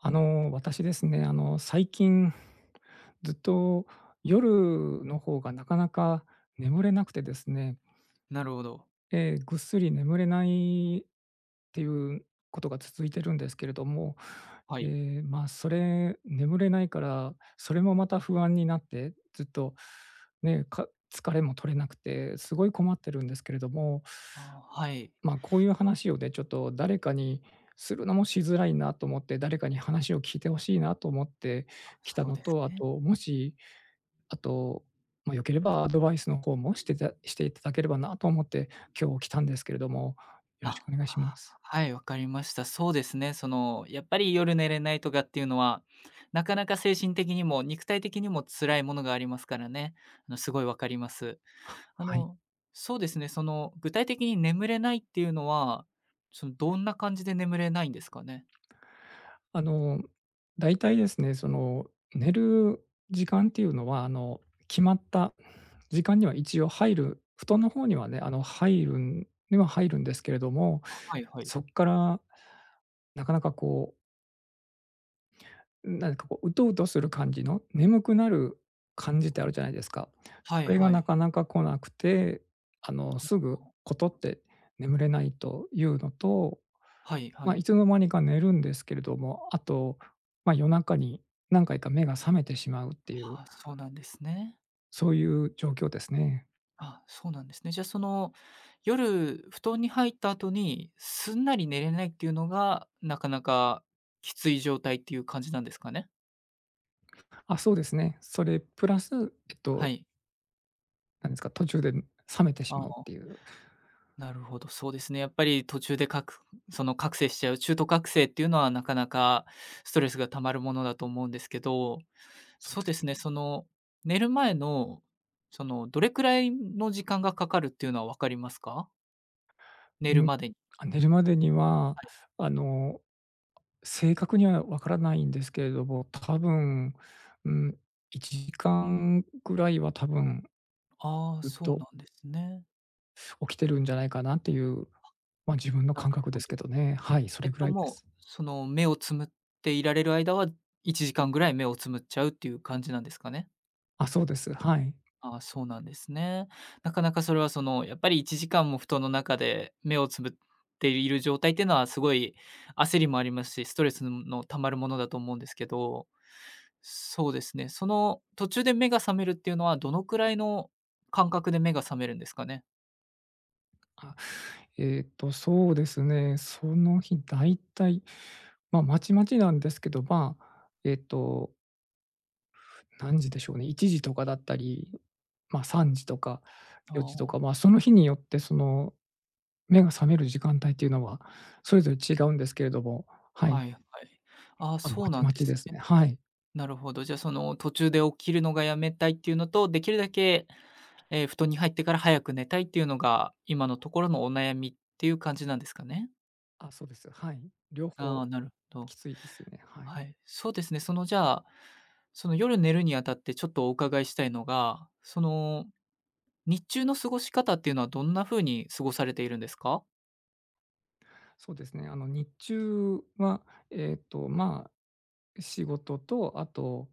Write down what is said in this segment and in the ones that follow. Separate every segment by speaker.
Speaker 1: 私ですね、最近ずっと夜の方がなかなか眠れなくてですね、
Speaker 2: なるほど。
Speaker 1: ぐっすり眠れないっていうことが続いてるんですけれども、
Speaker 2: は
Speaker 1: え
Speaker 2: い。
Speaker 1: え、まあ、それ眠れないから、それもまた不安になって、ずっとね、疲れも取れなくて、すごい困ってるんですけれども。
Speaker 2: はい。
Speaker 1: まあ、こういう話をね、ちょっと誰かにするのもしづらいなと思って、誰かに話を聞いてほしいなと思ってきた
Speaker 2: そう
Speaker 1: の
Speaker 2: です
Speaker 1: と、あ
Speaker 2: ね。
Speaker 1: と、もし、あと、まあ、良ければアドバイスの方もしていただければなと思って、今日来たんですけれども、よろし
Speaker 2: あ、
Speaker 1: くお願いしま
Speaker 2: あ
Speaker 1: す。
Speaker 2: はい、わかりました。そうですね、やっぱり夜寝れないとかっていうのは、なかなか精神的にも肉体的にも辛いものがありますからね。すごいわかります。
Speaker 1: あ、
Speaker 2: あ
Speaker 1: はい。
Speaker 2: の、そうですね、具体的に眠れないっていうのは、どんな感じで眠れないんですかね？
Speaker 1: あの、大体ですね、その、寝る時間っていうのは、決まった時間には一応入る布団の方にはね、入るんには入るんですけれども、
Speaker 2: はいはい。
Speaker 1: そっからなかなかこう、なんかこう、うとうとする感じの、眠くなる感じってあるじゃないですか。
Speaker 2: は
Speaker 1: そ
Speaker 2: い
Speaker 1: れが
Speaker 2: は
Speaker 1: な
Speaker 2: い。
Speaker 1: かなか来なくて、すぐことって眠れないというのと、
Speaker 2: はいは
Speaker 1: まあ、い
Speaker 2: い。
Speaker 1: つの間にか寝るんですけれども、あと、まあ、夜中に何回か目が覚めてしまうっていう、
Speaker 2: あ、そうなんですね。
Speaker 1: そういう状況ですね。
Speaker 2: あ、そうなんですね。じゃあ夜布団に入った後に、すんなり寝れないっていうのが、なかなかきつい状態っていう感じなんですかね？
Speaker 1: あ、そうですね。それプラス、
Speaker 2: はい。
Speaker 1: なんですか、途中で覚めてし
Speaker 2: あ
Speaker 1: まうっ
Speaker 2: あ、
Speaker 1: ていう、
Speaker 2: なるほど、そうですね。やっぱり途中でその覚醒しちゃう、中途覚醒っていうのはなかなかストレスが溜まるものだと思うんですけど、
Speaker 1: そう
Speaker 2: そう
Speaker 1: で
Speaker 2: で
Speaker 1: す。
Speaker 2: すね、寝る前の、どれくらいの時間がかかるっていうのは分かりますか？寝
Speaker 1: う
Speaker 2: る
Speaker 1: ん。
Speaker 2: までに。
Speaker 1: あ、寝るまでには、
Speaker 2: はい。
Speaker 1: あの、正確にはわからないんですけれども、多分、うん、1時間ぐらいは多分、
Speaker 2: ああ、
Speaker 1: ずっ
Speaker 2: そう
Speaker 1: と
Speaker 2: なんですね。
Speaker 1: 起きてるんじゃないかなっていう、まあ、自分の
Speaker 2: なる
Speaker 1: 感覚
Speaker 2: ほ
Speaker 1: ですけ
Speaker 2: ど。
Speaker 1: どね。はい、それぐらいで
Speaker 2: もう、
Speaker 1: す。
Speaker 2: 目をつむっていられる間は、1時間ぐらい目をつむっちゃうっていう感じなんですかね？
Speaker 1: あ、そうです。はい。
Speaker 2: ああ、そうなんですね。なかなかそれは、やっぱり1時間も布団の中で目をつぶっている状態っていうのは、すごい焦りもありますし、ストレスの溜まるものだと思うんですけど、そうですね、途中で目が覚めるっていうのは、どのくらいの感覚で目が覚めるんですかね？
Speaker 1: あ、そうですね、その日だいたい、まあ、まちまちなんですけど、まあ、何時でしょうね、1時とかだったり、まあ、3時とか
Speaker 2: あ
Speaker 1: 4時と
Speaker 2: あ、
Speaker 1: か、まあ、その日によってその、目が覚める時間帯っていうのは、それぞれ違うんですけれども、はい。
Speaker 2: はいはい。ああ、
Speaker 1: まあ、ま
Speaker 2: そう
Speaker 1: ち
Speaker 2: なん
Speaker 1: ま
Speaker 2: で
Speaker 1: ちで
Speaker 2: す
Speaker 1: す
Speaker 2: ね。
Speaker 1: ね。はい。
Speaker 2: なるほど。じゃあ、途中で起きるのがやめたいっていうのと、できるだけ、布団に入ってから早く寝たいっていうのが、今のところのお悩みっていう感じなんですかね？
Speaker 1: あ、そうです。はい。両
Speaker 2: あ
Speaker 1: 方
Speaker 2: あ、なるほど。
Speaker 1: きついですね。はい。
Speaker 2: はい。そうですね、じゃあ、夜寝るにあたってちょっとお伺いしたいのが、日中の過ごし方っていうのはどんな風に過ごされているんですか？
Speaker 1: そうですね、日中は、まあ仕事と、あと、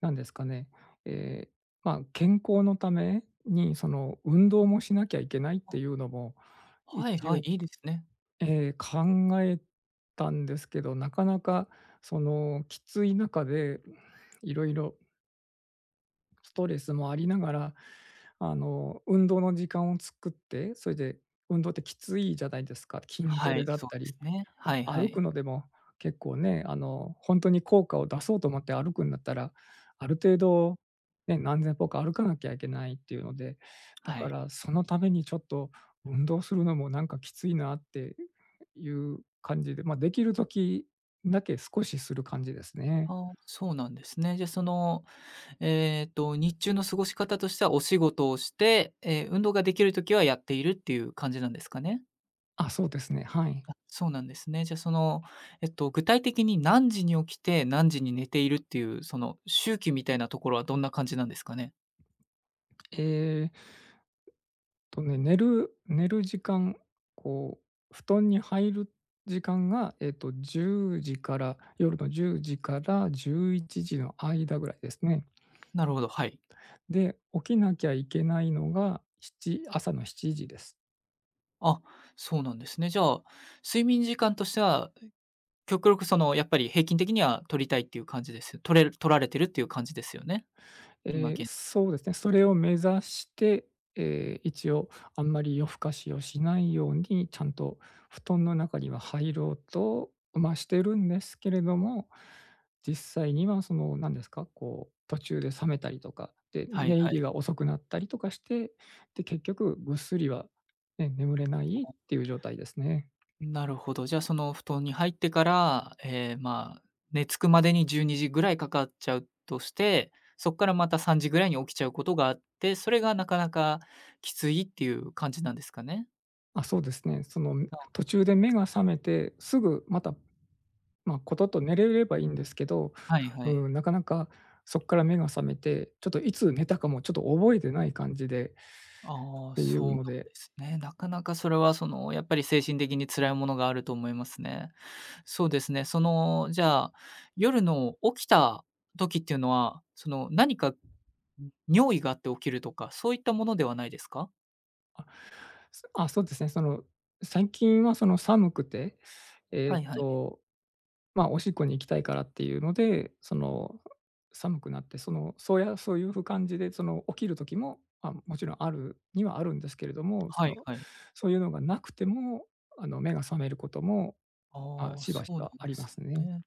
Speaker 1: 何ですかね、ええ、まあ、健康のために、その、運動もしなきゃいけないっていうのも、
Speaker 2: はい
Speaker 1: 一
Speaker 2: はい、
Speaker 1: 応、
Speaker 2: いいですね。
Speaker 1: 考えたんですけど、なかなか、その、きつい中で、いろいろストレスもありながら、運動の時間を作って、それで運動ってきついじゃないですか。筋ト
Speaker 2: は
Speaker 1: レ
Speaker 2: い、
Speaker 1: だっ
Speaker 2: そう
Speaker 1: た
Speaker 2: です
Speaker 1: り、
Speaker 2: ね。はいは
Speaker 1: 歩く
Speaker 2: い。
Speaker 1: のでも結構ね、本当に効果を出そうと思って歩くんだったら、ある程度、ね、何千歩か歩かなきゃいけないっていうので、だ
Speaker 2: は
Speaker 1: か
Speaker 2: い。
Speaker 1: らそのためにちょっと運動するのもなんかきついなっていう感じで、まあ、できる時だけ少しする感じですね。
Speaker 2: あ、そうなんですね。じゃ、日中の過ごし方としてはお仕事をして、運動ができる時はやっているっていう感じなんですかね？
Speaker 1: あ、そうですね、はい。
Speaker 2: あ、そうなんですね。じゃあ、具体的に何時に起きて、何時に寝ているっていう、その周期みたいなところはどんな感じなんですかね？
Speaker 1: えー。寝る時間、こう、布団に入る時間が、1時から夜の10時から11時の間ぐらいですね。
Speaker 2: なるほど、はい。
Speaker 1: で、起きなきゃいけないのが、7朝の7時です。
Speaker 2: あ、そうなんですね。じゃあ、睡眠時間としては、極力やっぱり平均的には取りたいっていう感じです。取られてるっていう感じですよね？今現在。
Speaker 1: そうですね、それを目指して、え一応あんまり夜更かしをしないように、ちゃんと布団の中には入ろうと、まあ、してるんですけれども、実際にはその、何ですか、こう、途中で覚めたりとか、で、
Speaker 2: はい
Speaker 1: 寝入
Speaker 2: は
Speaker 1: り
Speaker 2: い。
Speaker 1: が遅くなったりとかして、で、結局ぐっすりは、ね、眠れないっていう状態ですね。
Speaker 2: なるほど。じゃあ、その布団に入ってから、まあ、寝つくまでに12時ぐらいかかっちゃうとして、そこからまた3時ぐらいに起きちゃうことがあって、それがなかなかきついっていう感じなんですかね？
Speaker 1: あ、そうですね、その、
Speaker 2: あ、
Speaker 1: 途中で目が覚めて、すぐまたま、あことと寝れればいいんですけど、
Speaker 2: はいはい。
Speaker 1: うん、なかなかそこから目が覚めて、ちょっといつ寝たかもちょっと覚えてない感じで
Speaker 2: あ
Speaker 1: っ
Speaker 2: あ、
Speaker 1: てい
Speaker 2: そう
Speaker 1: う
Speaker 2: なんで
Speaker 1: ので、
Speaker 2: すね。なかなかそれは、やっぱり精神的に辛いものがあると思いますね。そうですね。じゃあ、夜の起きた時っていうのは、何か、尿意があって起きるとか、そういったものではないですか？
Speaker 1: あ、そうですね、その、最近はその寒くて、え
Speaker 2: は
Speaker 1: っ
Speaker 2: いはい。
Speaker 1: と、まあ、おしっこに行きたいからっていうので、その、寒くなって、その、そうやそういう感じで、その、起きる時も、まあ、もちろんあるにはあるんですけれども、そ
Speaker 2: はい
Speaker 1: の、
Speaker 2: はい。
Speaker 1: そういうのがなくても、目が覚めることも、まあ、
Speaker 2: ああ、
Speaker 1: し
Speaker 2: そ
Speaker 1: ばし
Speaker 2: うなん
Speaker 1: ばあ
Speaker 2: で
Speaker 1: りま
Speaker 2: す
Speaker 1: すね。
Speaker 2: ね。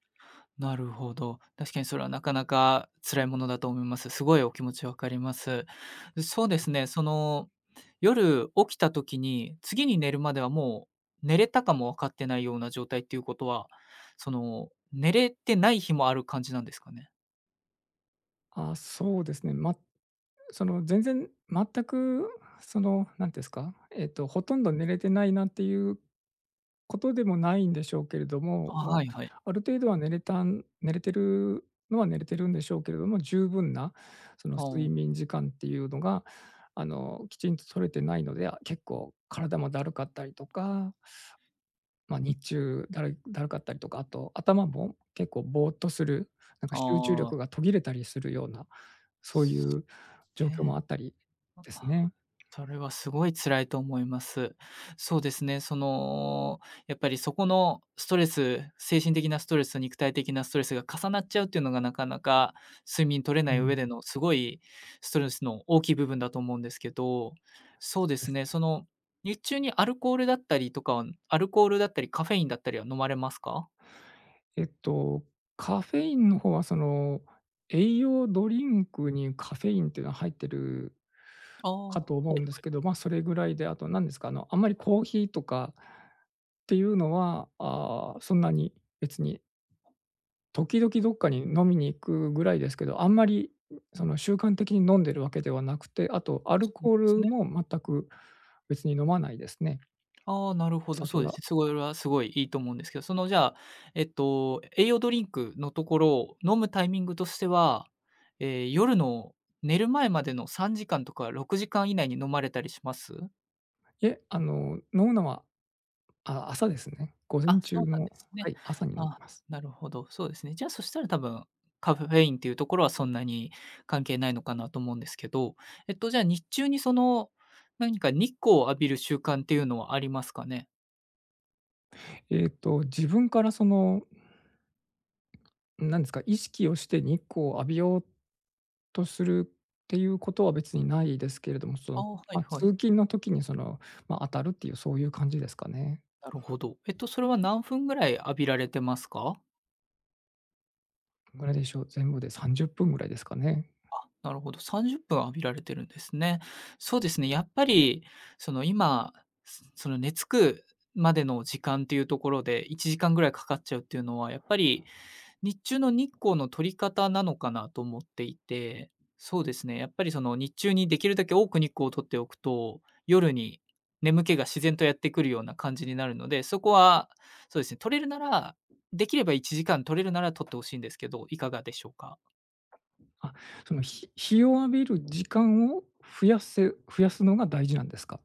Speaker 2: なるほど。確かにそれはなかなか辛いものだと思います。すごいお気持ちわかります。そうですね、夜起きた時に、次に寝るまではもう寝れたかも分かってないような状態っていうことは、寝れてない日もある感じなんですかね？
Speaker 1: あ、そうですね。まその全然全くその、なんていうんですか、ほとんど寝れてないなっていうことでもないんでしょうけれども、
Speaker 2: あ、
Speaker 1: ま、
Speaker 2: はいはい。
Speaker 1: ある程度は寝れてるのは寝れてるんでしょうけれども、十分なその
Speaker 2: あ
Speaker 1: 睡
Speaker 2: あ、
Speaker 1: 眠時間っていうのが、きちんと取れてないので、あ、結構体もだるかったりとか、ま、日中だるかったりとか、あと頭も結構ぼーっとする、なんか集中
Speaker 2: あ
Speaker 1: 力が
Speaker 2: あ、
Speaker 1: 途切れたりするようなそういう
Speaker 2: そ
Speaker 1: 状
Speaker 2: う
Speaker 1: 況も
Speaker 2: ね。
Speaker 1: あったりですね。
Speaker 2: それはすごい辛いと思います。そうですね、やっぱりそこのストレス、精神的なストレスと肉体的なストレスが重なっちゃうっていうのがなかなか睡眠取れな
Speaker 1: う
Speaker 2: い上
Speaker 1: ん、
Speaker 2: でのすごいストレスの大きい部分だと思うんですけど、そ
Speaker 1: そ
Speaker 2: うで
Speaker 1: うで
Speaker 2: す
Speaker 1: す
Speaker 2: ね、
Speaker 1: ね。
Speaker 2: 日中にアルコールだったりカフェインだったりは飲まれますか？
Speaker 1: えっと、カフェインの方はその、栄養ドリンクにカフェインっていうのは入ってる
Speaker 2: ああー、
Speaker 1: か
Speaker 2: は
Speaker 1: と思う
Speaker 2: い
Speaker 1: んで
Speaker 2: は
Speaker 1: す
Speaker 2: い。
Speaker 1: けど、まあ、それぐらいで、あと何ですか、あんまりコーヒーとかっていうのは、ああ、そんなに別に、時々どっかに飲みに行くぐらいですけど、あんまり、その、習慣的に飲んでるわけではなくて、あとアル
Speaker 2: そうなん
Speaker 1: コ
Speaker 2: で
Speaker 1: ー
Speaker 2: す
Speaker 1: ル
Speaker 2: ね。
Speaker 1: も全く別に飲まないですね、
Speaker 2: ああ、なるほど、
Speaker 1: 酒
Speaker 2: そうですね。
Speaker 1: は。
Speaker 2: すごい、それはすごいいいと思うんですけど、じゃあ、栄養ドリンクのところ飲むタイミングとしては、夜の寝る前までの3時間とか6時間以内に飲まれたりします？
Speaker 1: いえ、飲むのは、あ、朝ですね。午
Speaker 2: あ、
Speaker 1: 前中
Speaker 2: そうなん
Speaker 1: の、
Speaker 2: です
Speaker 1: は
Speaker 2: ね。
Speaker 1: い、朝に飲み
Speaker 2: あ、
Speaker 1: ます。
Speaker 2: なるほど、そうですね。じゃあ、そしたら多分、カフェインっていうところはそんなに関係ないのかなと思うんですけど、じゃあ、日中に何か日光を浴びる習慣っていうのはありますかね？
Speaker 1: 自分からその、なんですか、意識をして日光を浴びようとするっていうことは別にないですけれども、そ
Speaker 2: あ
Speaker 1: の、
Speaker 2: あ、はい
Speaker 1: ま、通
Speaker 2: はい。
Speaker 1: 勤の時にその、ま、当たるっていうそういう感じですかね。
Speaker 2: なるほど。それは何分ぐらい浴びられてますか？
Speaker 1: ぐらいでしょう、全部で30分ぐらいですかね。
Speaker 2: なるほど、30分浴びられてるんですね。そうですね、やっぱり、今、すその、寝つくまでの時間っていうところで1時間ぐらいかかっちゃうっていうのは、やっぱり日中の日光の取り方なのかなと思っていて、そうですね、やっぱりその日中にできるだけ多く日光を取っておくと、夜に眠気が自然とやってくるような感じになるので、そこはそうですね、取れるなら、できれば1時間取れるなら取ってほしいんですけど、いかがでしょうか？
Speaker 1: あ、その、日を浴びる時間を増やすのが大事なんですか？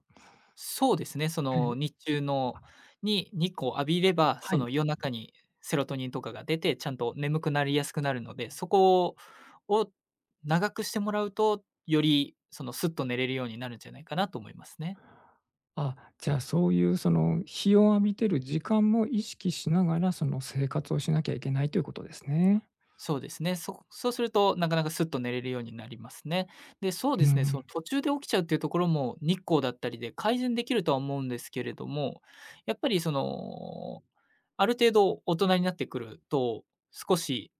Speaker 2: そうですね、そ
Speaker 1: え
Speaker 2: の
Speaker 1: え、
Speaker 2: 日中のに日光浴びれば、
Speaker 1: は
Speaker 2: そ
Speaker 1: い。
Speaker 2: の夜中にセロトニンとかが出て、ちゃんと眠くなりやすくなるので、そこを長くしてもらうと、よりスッと寝れるようになるんじゃないかなと思いますね。
Speaker 1: あ、じゃあ、そういうその、日を浴びてる時間も意識しながら、その、生活をしなきゃいけないということですね。
Speaker 2: そうですね。そうすると、なかなかスッと寝れるようになりますね。で、そう
Speaker 1: う
Speaker 2: ですね、そ
Speaker 1: ん。
Speaker 2: の途中で起きちゃうっていうところも、日光だったりで改善できるとは思うんですけれども、やっぱりある程度大人になってくると、少し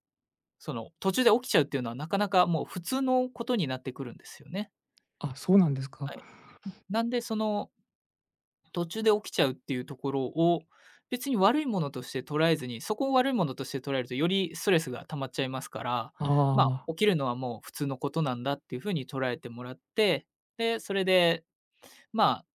Speaker 2: 途中で起きちゃうっていうのは、なかなかもう普通のことになってくるんですよね。
Speaker 1: あ、そうなんですか。
Speaker 2: はい。なんで、途中で起きちゃうっていうところを、別に悪いものとして捉えずに、そこを悪いものとして捉えると、よりストレスが溜まっちゃいますから、
Speaker 1: あ
Speaker 2: まあ、
Speaker 1: あ。
Speaker 2: 起きるのはもう普通のことなんだっていうふうに捉えてもらって、で、それで、まあ、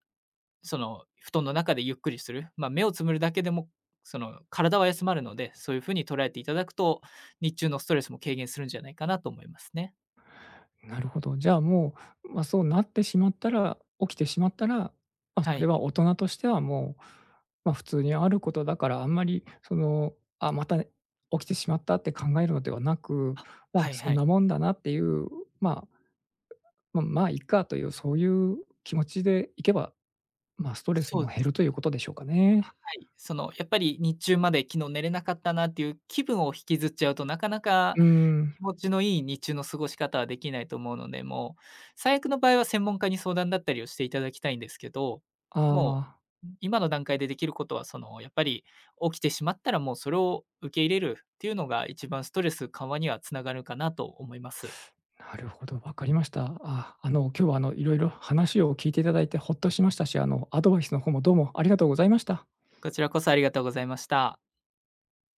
Speaker 2: 布団の中でゆっくりする、ま、目をつむるだけでも、体は休まるので、そういうふうに捉えていただくと、日中のストレスも軽減するんじゃないかなと思いますね。
Speaker 1: なるほど。じゃあもう、まあ、そうなってしまったら起きてしまったら、まあ、
Speaker 2: は
Speaker 1: それ
Speaker 2: い。
Speaker 1: は大人としてはもう、まあ、普通にあることだから、あんまりその、あ、また起きてしまったって考えるのではなく、
Speaker 2: あ、
Speaker 1: まあ、
Speaker 2: はい
Speaker 1: そん
Speaker 2: はい。
Speaker 1: なもんだなっていう、まあ、まあ、いっかという、そういう気持ちでいけば、まあ、ストレス
Speaker 2: そ
Speaker 1: も
Speaker 2: うで
Speaker 1: 減るとい
Speaker 2: す。
Speaker 1: うことでしょうか
Speaker 2: は
Speaker 1: ね。
Speaker 2: い。やっぱり日中まで昨日寝れなかったなっていう気分を引きずっちゃうと、なかなか
Speaker 1: うーん、
Speaker 2: 気持ちのいい日中の過ごし方はできないと思うので、もう、最悪の場合は専門家に相談だったりをしていただきたいんですけど、
Speaker 1: あ
Speaker 2: も
Speaker 1: あ。
Speaker 2: う、今の段階でできることは、やっぱり起きてしまったら、もうそれを受け入れるっていうのが一番ストレス緩和にはつながるかなと思います。
Speaker 1: なるほど、わかりました。あ、今日はいろいろ話を聞いていただいてほっとしましたし、アドバイスの方もどうもありがとうございました。
Speaker 2: こちらこそありがとうございました。